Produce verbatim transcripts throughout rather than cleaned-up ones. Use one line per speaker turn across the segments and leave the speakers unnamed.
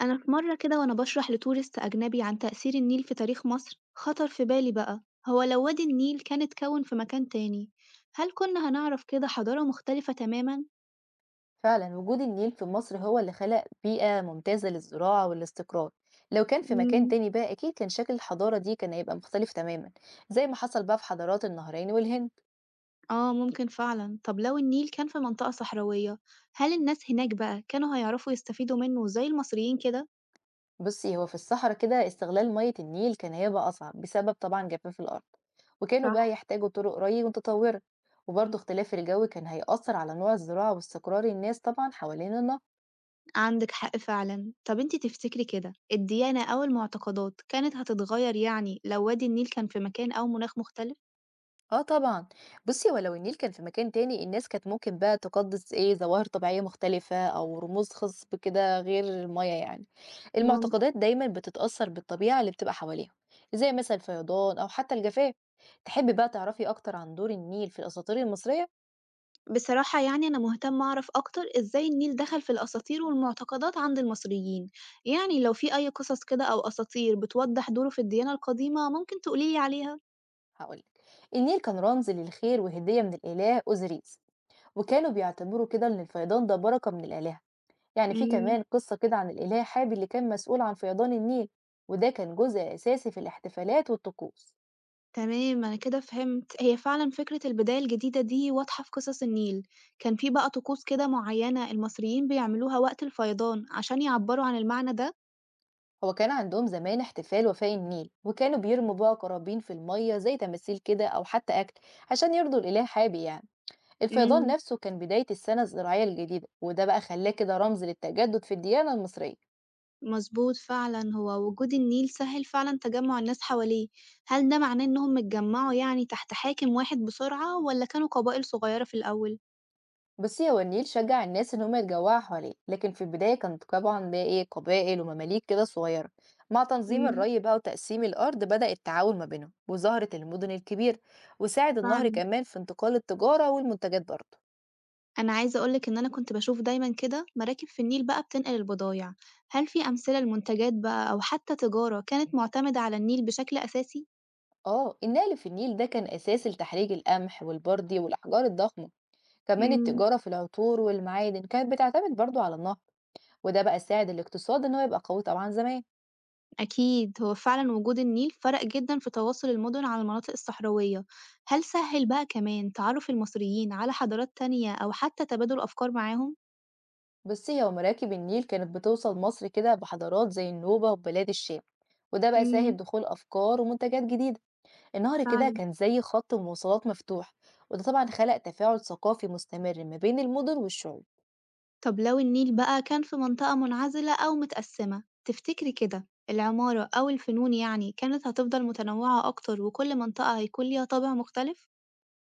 أنا في مرة كده وأنا بشرح لتورست أجنبي عن تأثير النيل في تاريخ مصر، خطر في بالي بقى هو لو وادي النيل كان اتكون في مكان تاني، هل كنا هنعرف كده حضارة مختلفة تماما؟
فعلا وجود النيل في مصر هو اللي خلق بيئة ممتازة للزراعة والاستقرار. لو كان في مكان
مم.
تاني بقى أكيد كان شكل الحضارة دي كان هيبقى مختلف تماما، زي ما حصل بقى في حضارات النهرين والهند.
آه ممكن فعلا. طب لو النيل كان في منطقة صحراوية، هل الناس هناك بقى كانوا هيعرفوا يستفيدوا منه زي المصريين كده؟
بصي هو في الصحراء كده استغلال مية النيل كان هيبقى أصعب بسبب طبعا جفاف الأرض، وكانوا
صح،
بقى يحتاجوا طرق ري متطورة. وبرضه اختلاف الجو كان هيأثر على نوع الزراعة واستقرار الناس طبعا حوالين النهر.
عندك حق فعلا. طب انتي تفتكري كده الديانة أو المعتقدات كانت هتتغير يعني لو وادي النيل كان في مكان أو مناخ مختلف؟
آه طبعًا، بُصّي هو لو النيل كان في مكان تاني الناس كانت ممكن بقى تقدّس إيه، ظواهر طبيعية مختلفة أو رموز خصب كده غير المَيَّة يعني، المعتقدات دايمًا بتتأثّر بالطبيعة اللي بتبقى حواليهم، زي مثلًا الفيضان أو حتى الجفاف، تحبي بقى تعرفي أكتر عن دور النيل في الأساطير المصرية؟
بصراحة يعني أنا مهتمة أعرف أكتر إزاي النيل دخل في الأساطير والمعتقدات عند المصريين، يعني لو في أي قصص كده أو أساطير بتوضح دوره في الديانة القديمة ممكن تقوليلي عليها.
هاقول لِك، النيل كان رمز للخير وهدية من الإله أوزيريس، وكانوا بيعتبروا كده إن الفيضان ده بركة من الآلهة. يعني في
مم.
كمان قصة كده عن الإله حابي اللي كان مسؤول عن فيضان النيل، وده كان جزء أساسي في الاحتفالات والطقوس.
تمام، أنا كده فهمت. هي فعلا فكرة البداية الجديدة دي واضحة في قصص النيل، كان في بقى طقوس كده معينة المصريين بيعملوها وقت الفيضان عشان يعبروا عن المعنى ده.
هو كان عندهم زمان احتفال وفاء النيل وكانوا بيرموا بقى قرابين في المية زي تماثيل كده أو حتى أكل عشان يرضوا الإله حابي يعني. الفيضان
مم.
نفسه كان بداية السنة الزراعية الجديدة، وده بقى خلاه كده رمز للتجدد في الديانة المصرية.
مضبوط فعلًا، هو وجود النيل سهِّل فعلًا تجمُّع الناس حواليه، هل ده معناه إنهم اتجمّعوا يعني تحت حاكم واحد بسرعة والّا كانوا قبائل صغيّرة في الأول؟
بصي هو النيل شجع الناس ان هم يتجمعوا حواليه، لكن في البداية كانت طبعا بقى ايه قبائل ومماليك كده صغيرة. مع تنظيم
إمم،
الري بقى وتقسيم الأرض بدأ التعاون ما بينهم وظهرت المدن الكبيرة. وساعد النهر
فعلًا،
كمان في انتقال التجارة والمنتجات برضه.
أنا عايزة أقول لِك إن أنا كنت باشوف دايمًا كده مراكب في النيل بقى بتنقل البضايع، هل في أمثلة لمنتجات بقى أو حتى تجارة كانت مُعتمدة على النيل بشكل أساسي؟
اه النقل في النيل ده كان أساس لتحريج القمح والبردي والأحجار الضخمة. كمان
إمم.
التجارة في العطور والمعادن كانت بتعتمد برضه على النهر. وده بقى ساعد الاقتصاد ان هو يبقى قوي طبعا زمان.
أكيد، هو فعلا وجود النيل فرق جدا في تواصل المدن على المناطق الصحراوية. هل سهل بقى كمان تعرف المصريين على حضارات تانية أو حتى تبادل أفكار معاهم؟
بصي هو مراكب النيل كانت بتوصل مصر كده بحضارات زي النوبة وبلاد الشام، وده بقى ساهم
امم،
دخول أفكار ومنتجات جديدة. النهر كده
فعلا.
كان زي خط مواصلات مفتوح، وده طبعا خلق تفاعل ثقافي مستمر ما بين المدن والشعوب.
طب لو النيل بقى كان في منطقة منعزلة أو متقسمة، تفتكري كده العمارة أو الفنون يعني كانت هتفضل متنوعة أكتر وكل منطقة هيكون ليها طابع مختلف؟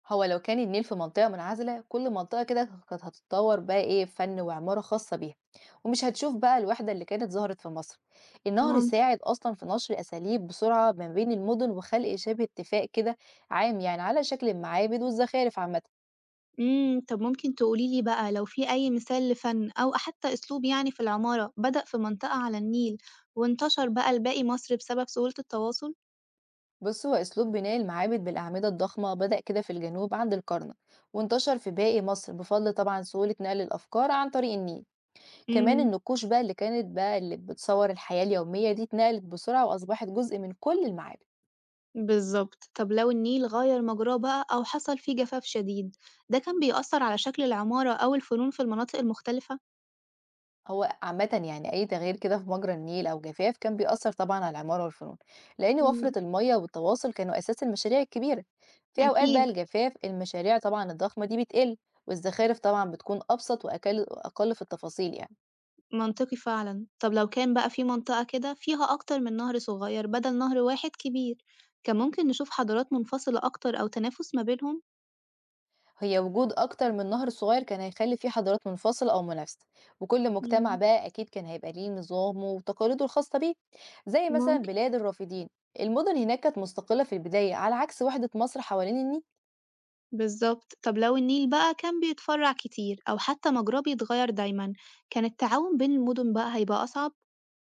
هو لو كان النيل في منطقة منعزلة كل منطقة كده كانت هتتطور بقى إيه فن وعمارة خاصة بيها، ومش هتشوف بقى الوحدة اللي كانت ظهرت في مصر. النهر
ممكن.
ساعد أصلا في نشر أساليب بسرعة ما بين المدن وخلق شبه اتفاق كده عام يعني على شكل المعابد والزخارف عامة.
إمم، طب ممكن تقولي لي بقى لو في أي مثال لفن أو حتى أسلوب يعني في العمارة بدأ في منطقة على النيل وانتشر بقى لباقي مصر بسبب سهولة التواصل؟
بص هو أسلوب بناء المعابد بالأعمدة الضخمة بدأ كده في الجنوب عند الكرنك، وانتشر في باقي مصر بفضل طبعا سهولة نقل الأفكار عن طريق النيل. كمان
إمم،
النقوش بقى اللي كانت بقى اللي بتصور الحياة اليومية دي اتنقلت بسرعة وأصبحت جزء من كل المعابد.
بالضبط. طب لو النيل غيّر مجراه بقى أو حصل فيه جفاف شديد، ده كان بيأثر على شكل العمارة أو الفنون في المناطق المختلفة؟
هو عامة يعني أي تغيير كده في مجرى النيل أو جفاف كان بيأثر طبعا على العمارة والفنون، لأن
إمم،
وفرة المية والتواصل كانوا أساس المشاريع الكبيرة. في أوقات بقى
أكيد،
الجفاف المشاريع طبعا الضخمة دي بتقل، والزخارف طبعا بتكون أبسط وأقل وأقل في التفاصيل يعني.
منطقي فعلًا. طب لو كان بقى في منطقة كده فيها أكتر من نهر صغير بدل نهر واحد كبير، كان ممكن نشوف حضارات منفصلة أكتر أو تنافس ما بينهم؟
هي وجود أكتر من نهر صغير كان هيخلي فيه حضارات منفصلة أو منافسة، وكل مجتمع
إمم،
بقى أكيد كان هيبقى ليه نظامه وتقاليده الخاصة بيه، زي مثلا
ممكن.
بلاد الرافدين. المدن هناك كانت مستقلة في البداية على عكس وحدة مصر حوالين النيل.
بالظبط، طب لو النيل بقى كان بيتفرع كتير أو حتى مجراه بيتغير دايما، كان التعاون بين المدن بقى هيبقى أصعب؟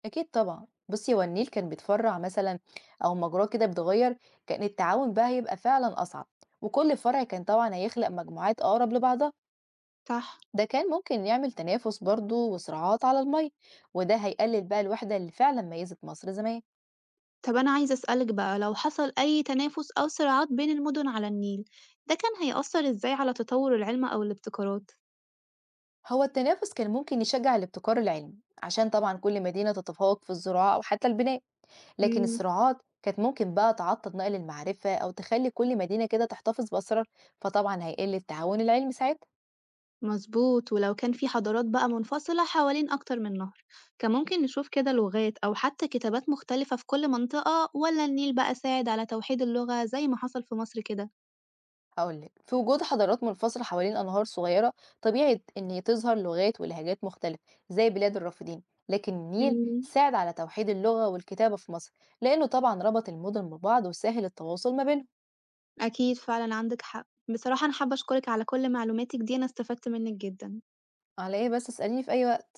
أكيد طبعا. بصي هو النيل كان بيتفرع مثلا أو مجراه كده بيتغير، كان التعاون بقى هيبقى فعلا أصعب، وكل فرع كان طبعا هيخلق مجموعات أقرب لبعضها.
صح.
ده كان ممكن يعمل تنافس برضه وصراعات على المية، وده هيقلل بقى الوحدة اللي فعلا ميزت مصر زمان.
طب أنا عايزة أسألك بقى لو حصل أي تنافس أو صراعات بين المدن على النيل، ده كان هيأثر إزاي على تطور العلم أو الابتكارات؟
هو التنافس كان ممكن يشجع الابتكار العلمي عشان طبعا كل مدينة تتفوق في الزراعة أو حتى البناء، لكن
مم.
الصراعات كانت ممكن بقى تعطل نقل المعرفة أو تخلي كل مدينة كده تحتفظ بأسرار، فطبعا هيقل التعاون العلمي ساعتها.
مظبوط. ولو كان في حضارات بقى منفصلة حوالين أكتر من نهر، كان ممكن نشوف كده لغات أو حتى كتابات مختلفة في كل منطقة ولا النيل بقى ساعد على توحيد اللغة زي ما حصل في مصر كده؟
هقولك في وجود حضارات منفصلة حوالين أنهار صغيرة طبيعي إن تظهر لغات ولهجات مختلفة، زي بلاد الرافدين. لكن النيل
مم.
ساعد على توحيد اللغة والكتابة في مصر، لأنه طبعا ربط المدن ببعض وسهل التواصل ما بينهم.
أكيد فعلًا، عندِك حق. بصراحة أنا حابة أشكرِك على كل معلوماتِك دي، أنا استفدت منِّك جدًا.
على إيه بس، اسأليني في أي وقت.